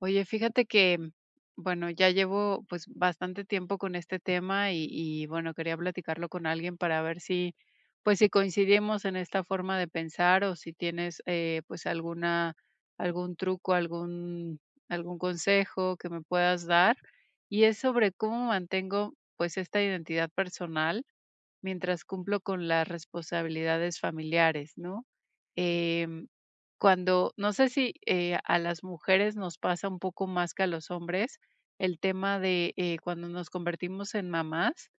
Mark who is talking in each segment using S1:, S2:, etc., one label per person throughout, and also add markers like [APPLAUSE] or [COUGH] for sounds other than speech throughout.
S1: Oye, fíjate que, bueno, ya llevo pues bastante tiempo con este tema y bueno, quería platicarlo con alguien para ver si, pues si coincidimos en esta forma de pensar o si tienes pues alguna, algún truco, algún, algún consejo que me puedas dar. Y es sobre cómo mantengo pues esta identidad personal mientras cumplo con las responsabilidades familiares, ¿no? Em, cuando no sé si, a las mujeres nos pasa un poco más que a los hombres, el tema de, cuando nos convertimos en mamás,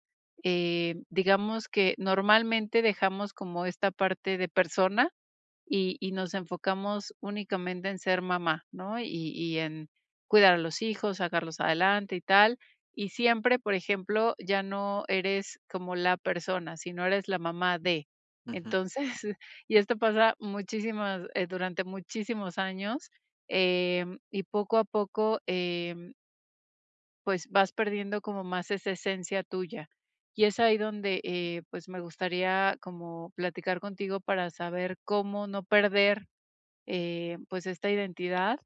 S1: digamos que normalmente dejamos como esta parte de persona y nos enfocamos únicamente en ser mamá, ¿no? Y en cuidar a los hijos, sacarlos adelante y tal. Y siempre, por ejemplo, ya no eres como la persona, sino eres la mamá de.
S2: Ujú,
S1: Entonces, [LAUGHS] y esto pasa muchísimas, durante muchísimos años, y poco a poco, pues vas perdiendo como más esa esencia tuya. Y es ahí donde, pues me gustaría como platicar contigo para saber cómo no perder pues, esta identidad,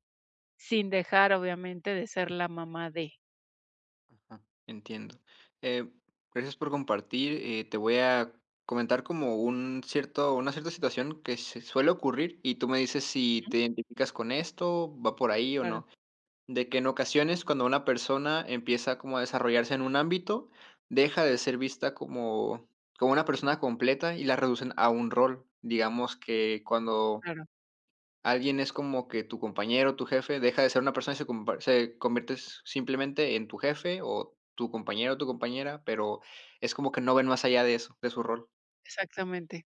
S1: sin dejar, obviamente, de ser la mamá de.
S2: ajá, entiendo. Eh, Gracias por compartir. Te voy a comentar como un una cierta situación que se suele ocurrir y tú me dices si
S1: Ujú.
S2: te identificas con esto, va por ahí o
S1: Claro,
S2: no. De que en ocasiones cuando una persona empieza como a desarrollarse en un ámbito, deja de ser vista como, como una persona completa y la reducen a un rol. Digamos que cuando
S1: claro,
S2: alguien es como que tu compañero, tu jefe, deja de ser una persona y se compa se conviertes simplemente en tu jefe o tu compañero, o tu compañera, pero es como que no ven más allá de eso, de su rol.
S1: exactamente.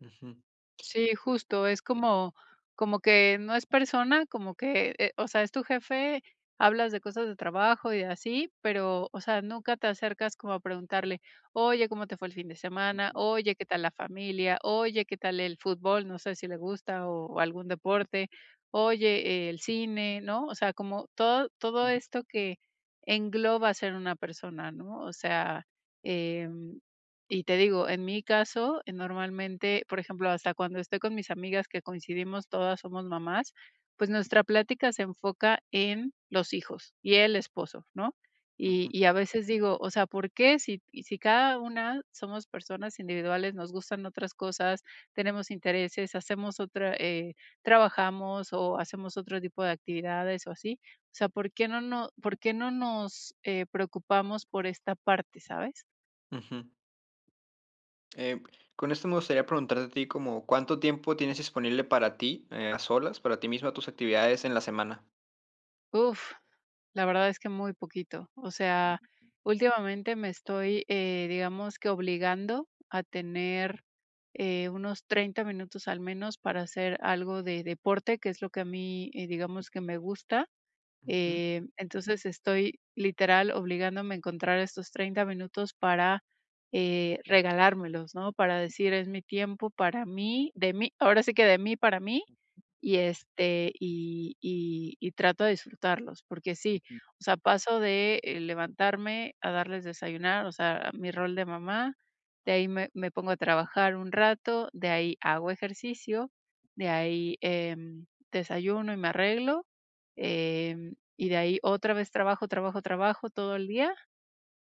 S2: Ujú.
S1: Sí, justo, es como como que no es persona, como que, o sea, es tu jefe, hablas de cosas de trabajo y así, pero, o sea, nunca te acercas como a preguntarle: "Oye, ¿cómo te fue el fin de semana? Oye, ¿qué tal la familia? Oye, ¿qué tal el fútbol?", no sé si le gusta o algún deporte. Oye, el cine, ¿no? O sea, como todo esto que engloba ser una persona, ¿no? O sea, em y te digo, en mi caso, normalmente, por ejemplo, hasta cuando estoy con mis amigas que coincidimos, todas somos mamás, pues nuestra plática se enfoca en los hijos y el esposo, ¿no? Y,
S2: Ujú,
S1: y a veces digo, o sea, ¿por qué si, y si cada una somos personas individuales, nos gustan otras cosas, tenemos intereses, hacemos otra, trabajamos o hacemos otro tipo de actividades o así? O sea, ¿por qué por qué no nos preocupamos por esta parte, ¿sabes?
S2: ujú. Eh, con esto me gustaría preguntarte a ti como, ¿cuánto tiempo tienes disponible para ti, a solas, para ti misma, tus actividades en la semana?
S1: Uf, la verdad es que muy poquito. O sea, últimamente me estoy, digamos que obligando a tener unos 30 minutos al menos para hacer algo de deporte, que es lo que a mí, digamos que me gusta.
S2: Ujú,
S1: Entonces estoy literal obligándome a encontrar estos 30 minutos para regalármelos, ¿no? Para decir, es mi tiempo para mí, de mí, ahora sí que de mí para mí y, este, y trato de disfrutarlos, porque sí, o sea, paso de, levantarme a darles desayunar, o sea, mi rol de mamá, de ahí me pongo a trabajar un rato, de ahí hago ejercicio, de ahí, desayuno y me arreglo, y de ahí otra vez trabajo, trabajo, trabajo todo el día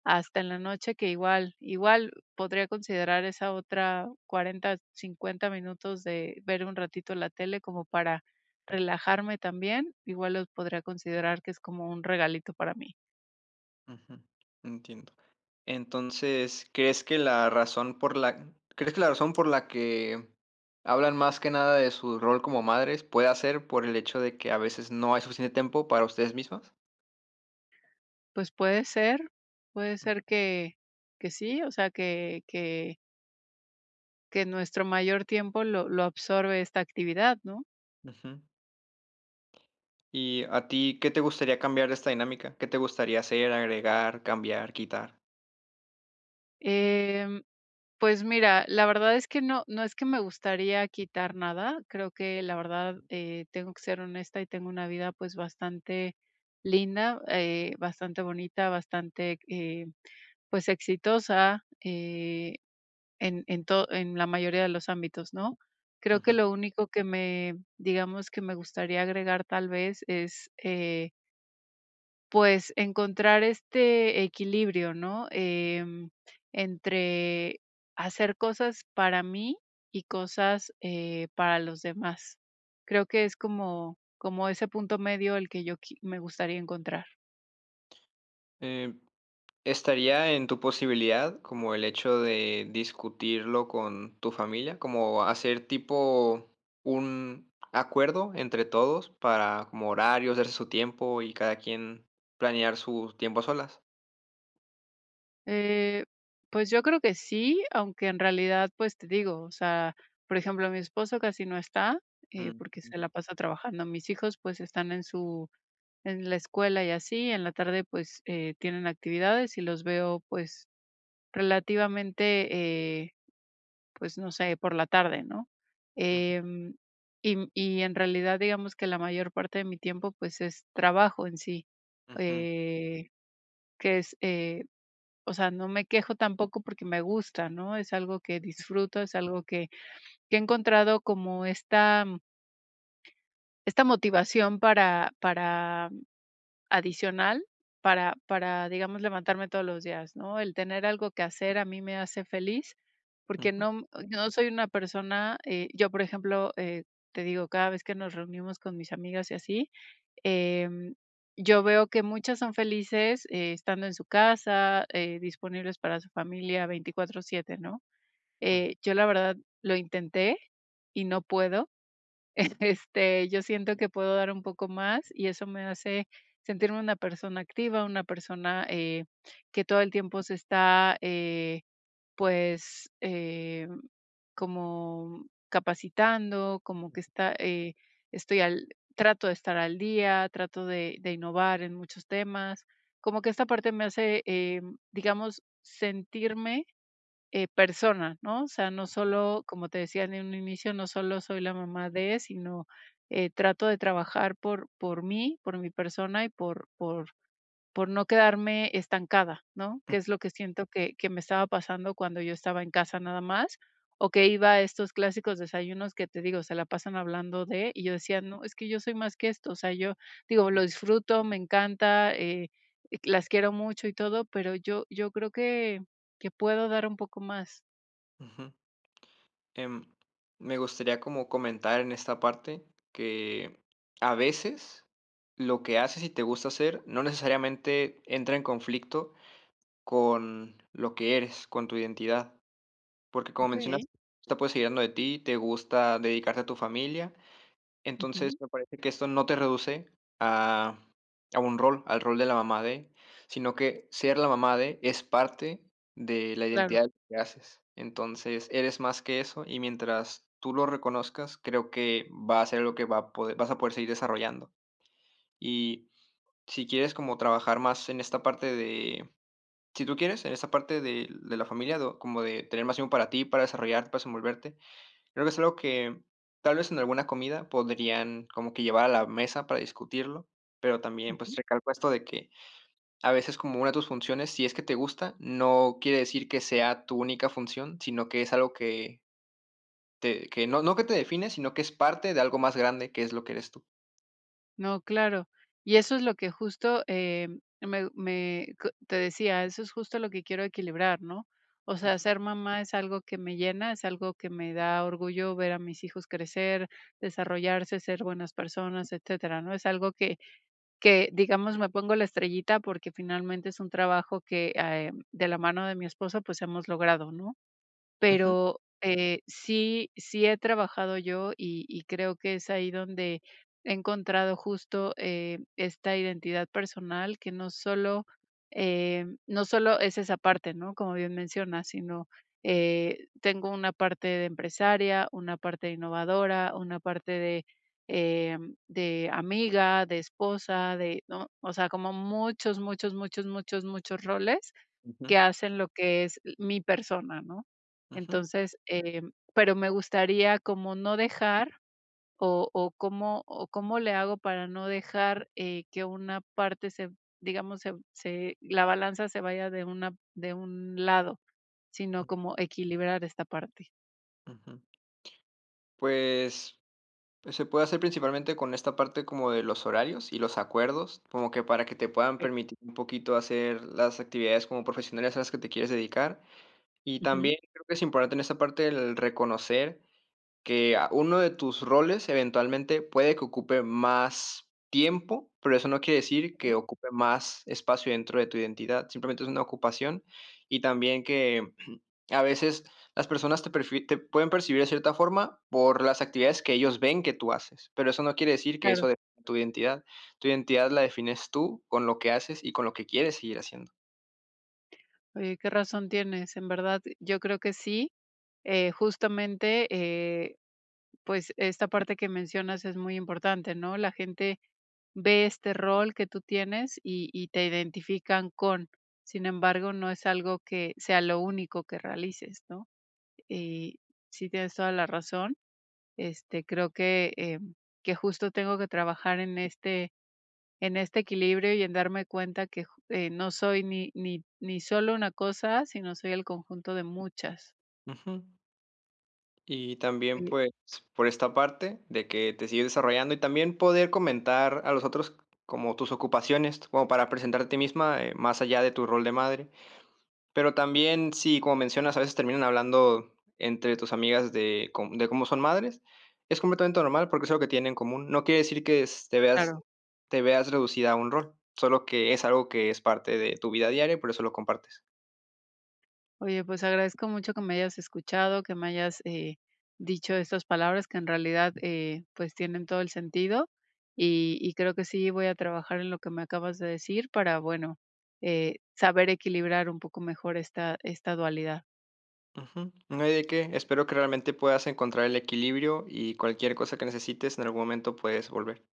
S1: hasta en la noche, que igual podría considerar esa otra 40, 50 minutos de ver un ratito la tele como para relajarme también, igual los podría considerar que es como un regalito para mí.
S2: ujú. Entiendo. Entonces, ¿crees que la razón por la que hablan más que nada de su rol como madres puede ser por el hecho de que a veces no hay suficiente tiempo para ustedes mismas?
S1: Pues puede ser que sí, o sea, que nuestro mayor tiempo lo absorbe esta actividad, ¿no?
S2: Ujú. ¿Y a ti qué te gustaría cambiar de esta dinámica? ¿Qué te gustaría hacer, agregar, cambiar, quitar?
S1: Em Pues mira, la verdad es que no es que me gustaría quitar nada, creo que la verdad, tengo que ser honesta y tengo una vida, pues, bastante linda, bastante bonita, bastante, pues, exitosa, en to en la mayoría de los ámbitos, ¿no? Creo que
S2: Ujú.
S1: lo único que me digamos, que me gustaría agregar tal vez es, pues, encontrar este equilibrio, ¿no? Entre hacer cosas para mí y cosas, para los demás. Creo que es como como ese punto medio el que yo qui me gustaría encontrar.
S2: Eh, ¿Estaría en tu posibilidad como el hecho de discutirlo con tu familia? Como hacer tipo un acuerdo entre todos para como horarios, darse su tiempo y cada quien planear su tiempo a solas.
S1: Eh, pues, yo creo que sí, aunque en realidad, pues, te digo, o sea, por ejemplo, mi esposo casi no está,
S2: Ujú,
S1: porque se la pasa trabajando. Mis hijos, pues, están en su en la escuela y así, en la tarde, pues, tienen actividades y los veo, pues, relativamente, pues, no sé, por la tarde, ¿no?
S2: ujú,
S1: Em, y en realidad, digamos que la mayor parte de mi tiempo, pues, es trabajo en sí,
S2: ujú,
S1: eh, que es, o sea, no me quejo tampoco porque me gusta, ¿no? Es algo que disfruto, es algo que he encontrado como esta esta motivación para adicional digamos, levantarme todos los días, ¿no? El tener algo que hacer a mí me hace feliz, porque
S2: ujú,
S1: no soy una persona, yo, por ejemplo, te digo, cada vez que nos reunimos con mis amigas y así, em, yo veo que muchas son felices, estando en su casa, disponibles para su familia 24/7, ¿no? Yo la verdad lo intenté y no puedo. Este, yo siento que puedo dar un poco más y eso me hace sentirme una persona activa, una persona que todo el tiempo se está, pues, como capacitando, como que está, estoy al, trato de estar al día, trato de innovar en muchos temas, como que esta parte me hace, digamos, sentirme persona, ¿no? O sea, no solo, como te decía en un inicio, no solo soy la mamá de, sino trato de trabajar por mí, por mi persona y por, por no quedarme estancada, ¿no? Que
S2: ujú,
S1: es lo que siento que me estaba pasando cuando yo estaba en casa nada más, o que iba a estos clásicos desayunos que te digo, se la pasan hablando de, y yo decía: "No, es que yo soy más que esto", o sea, yo digo, lo
S2: ujú,
S1: disfruto, me encanta, las quiero mucho y todo, pero yo creo que puedo dar un poco más.
S2: ujú. Em, Me gustaría como comentar en esta parte que a veces lo que haces y te gusta hacer no necesariamente entra en conflicto con lo que eres, con tu identidad, porque, como
S1: ¿Ok?
S2: mencionas, está pues seguir dando de ti, te gusta dedicarte a tu familia. Entonces,
S1: Ujú,
S2: me parece que esto no te reduce a a un rol, al rol de la mamá de, sino que ser la mamá de es parte de la
S1: claro.
S2: identidad de lo que haces. Entonces, eres más que eso, y mientras tú lo reconozcas, creo que va a ser lo que va a poder vas a poder seguir desarrollando. Y si quieres como trabajar más en esta parte de si tú quieres, en esa parte de la familia, do como de tener más tiempo para ti, para desarrollarte, para desenvolverte, creo que es algo que tal vez en alguna comida podrían como que llevar a la mesa para discutirlo, pero también, pues, recalco esto de que a veces como una de tus funciones, si es que te gusta, no quiere decir que sea tu única función, sino que es algo que no que te define, sino que es parte de algo más grande, que es lo que eres tú.
S1: No, claro. Y eso es lo que justo, me me co te decía, eso es justo lo que quiero equilibrar, ¿no? O sea,
S2: Ujú,
S1: ser mamá es algo que me llena, es algo que me da orgullo ver a mis hijos crecer, desarrollarse, ser buenas personas, etcétera, ¿no? Es algo que digamos, me pongo la estrellita porque finalmente es un trabajo que, de la mano de mi esposo, pues, hemos logrado, ¿no?
S2: ujú,
S1: Pero, sí he trabajado yo y creo que es ahí donde he encontrado justo, esta identidad personal que no solo, no solo es esa parte, ¿no?, como bien mencionas, sino, tengo una parte de empresaria, una parte de innovadora, una parte de, de amiga, de esposa, de, ¿no? O sea, como muchos, muchos, muchos, muchos, muchos roles
S2: ujú,
S1: que hacen lo que es mi persona, ¿no?
S2: ujú,
S1: Entonces, pero me gustaría como no dejar o cómo le hago para no dejar, que una parte se digamos, se la balanza se vaya de una de un lado, sino como equilibrar esta parte.
S2: ujú. Pues Pues se puede hacer principalmente con esta parte como de los horarios y los acuerdos, como que para que te puedan permitir un poquito hacer las actividades como profesionales a las que te quieres dedicar. Y
S1: Ujú.
S2: también creo que es importante en esta parte el reconocer que uno de tus roles eventualmente puede que ocupe más tiempo, pero eso no quiere decir que ocupe más espacio dentro de tu identidad, simplemente es una ocupación y también que [CLEARS THROAT] a veces las personas te pueden percibir de cierta forma por las actividades que ellos ven que tú haces, pero eso no quiere decir que eso
S1: Claro.
S2: define tu identidad. Tu identidad la defines tú con lo que haces y con lo que quieres seguir haciendo.
S1: Oye, qué razón tienes. En verdad, yo creo que sí. Justamente, pues, esta parte que mencionas es muy importante, ¿no? La gente ve este rol que tú tienes y te identifican con. Sin embargo, no es algo que sea lo único que realices, ¿no? Y sí tienes toda la razón. Este, creo que, que justo tengo que trabajar en este equilibrio y en darme cuenta que ju no soy ni solo una cosa, sino soy el conjunto de muchas.
S2: Ujú. Y también,
S1: Oye,
S2: pues, por esta parte de que te sigues desarrollando y también poder comentar a los otros como tus ocupaciones, como para presentarte a ti misma, más allá de tu rol de madre. Pero también, sí, como mencionas, a veces terminan hablando entre tus amigas de, de cómo son madres. Es completamente normal porque es algo que tienen en común. No quiere decir que
S1: claro.
S2: te veas reducida a un rol, solo que es algo que es parte de tu vida diaria y por eso lo compartes.
S1: Oye, pues agradezco mucho que me hayas escuchado, que me hayas dicho estas palabras que en realidad pues tienen todo el sentido y creo que sí voy a trabajar en lo que me acabas de decir para, bueno, saber equilibrar un poco mejor esta, esta dualidad.
S2: Ujú. No hay de qué. Espero que realmente puedas encontrar el equilibrio y cualquier cosa que necesites en algún momento puedes volver.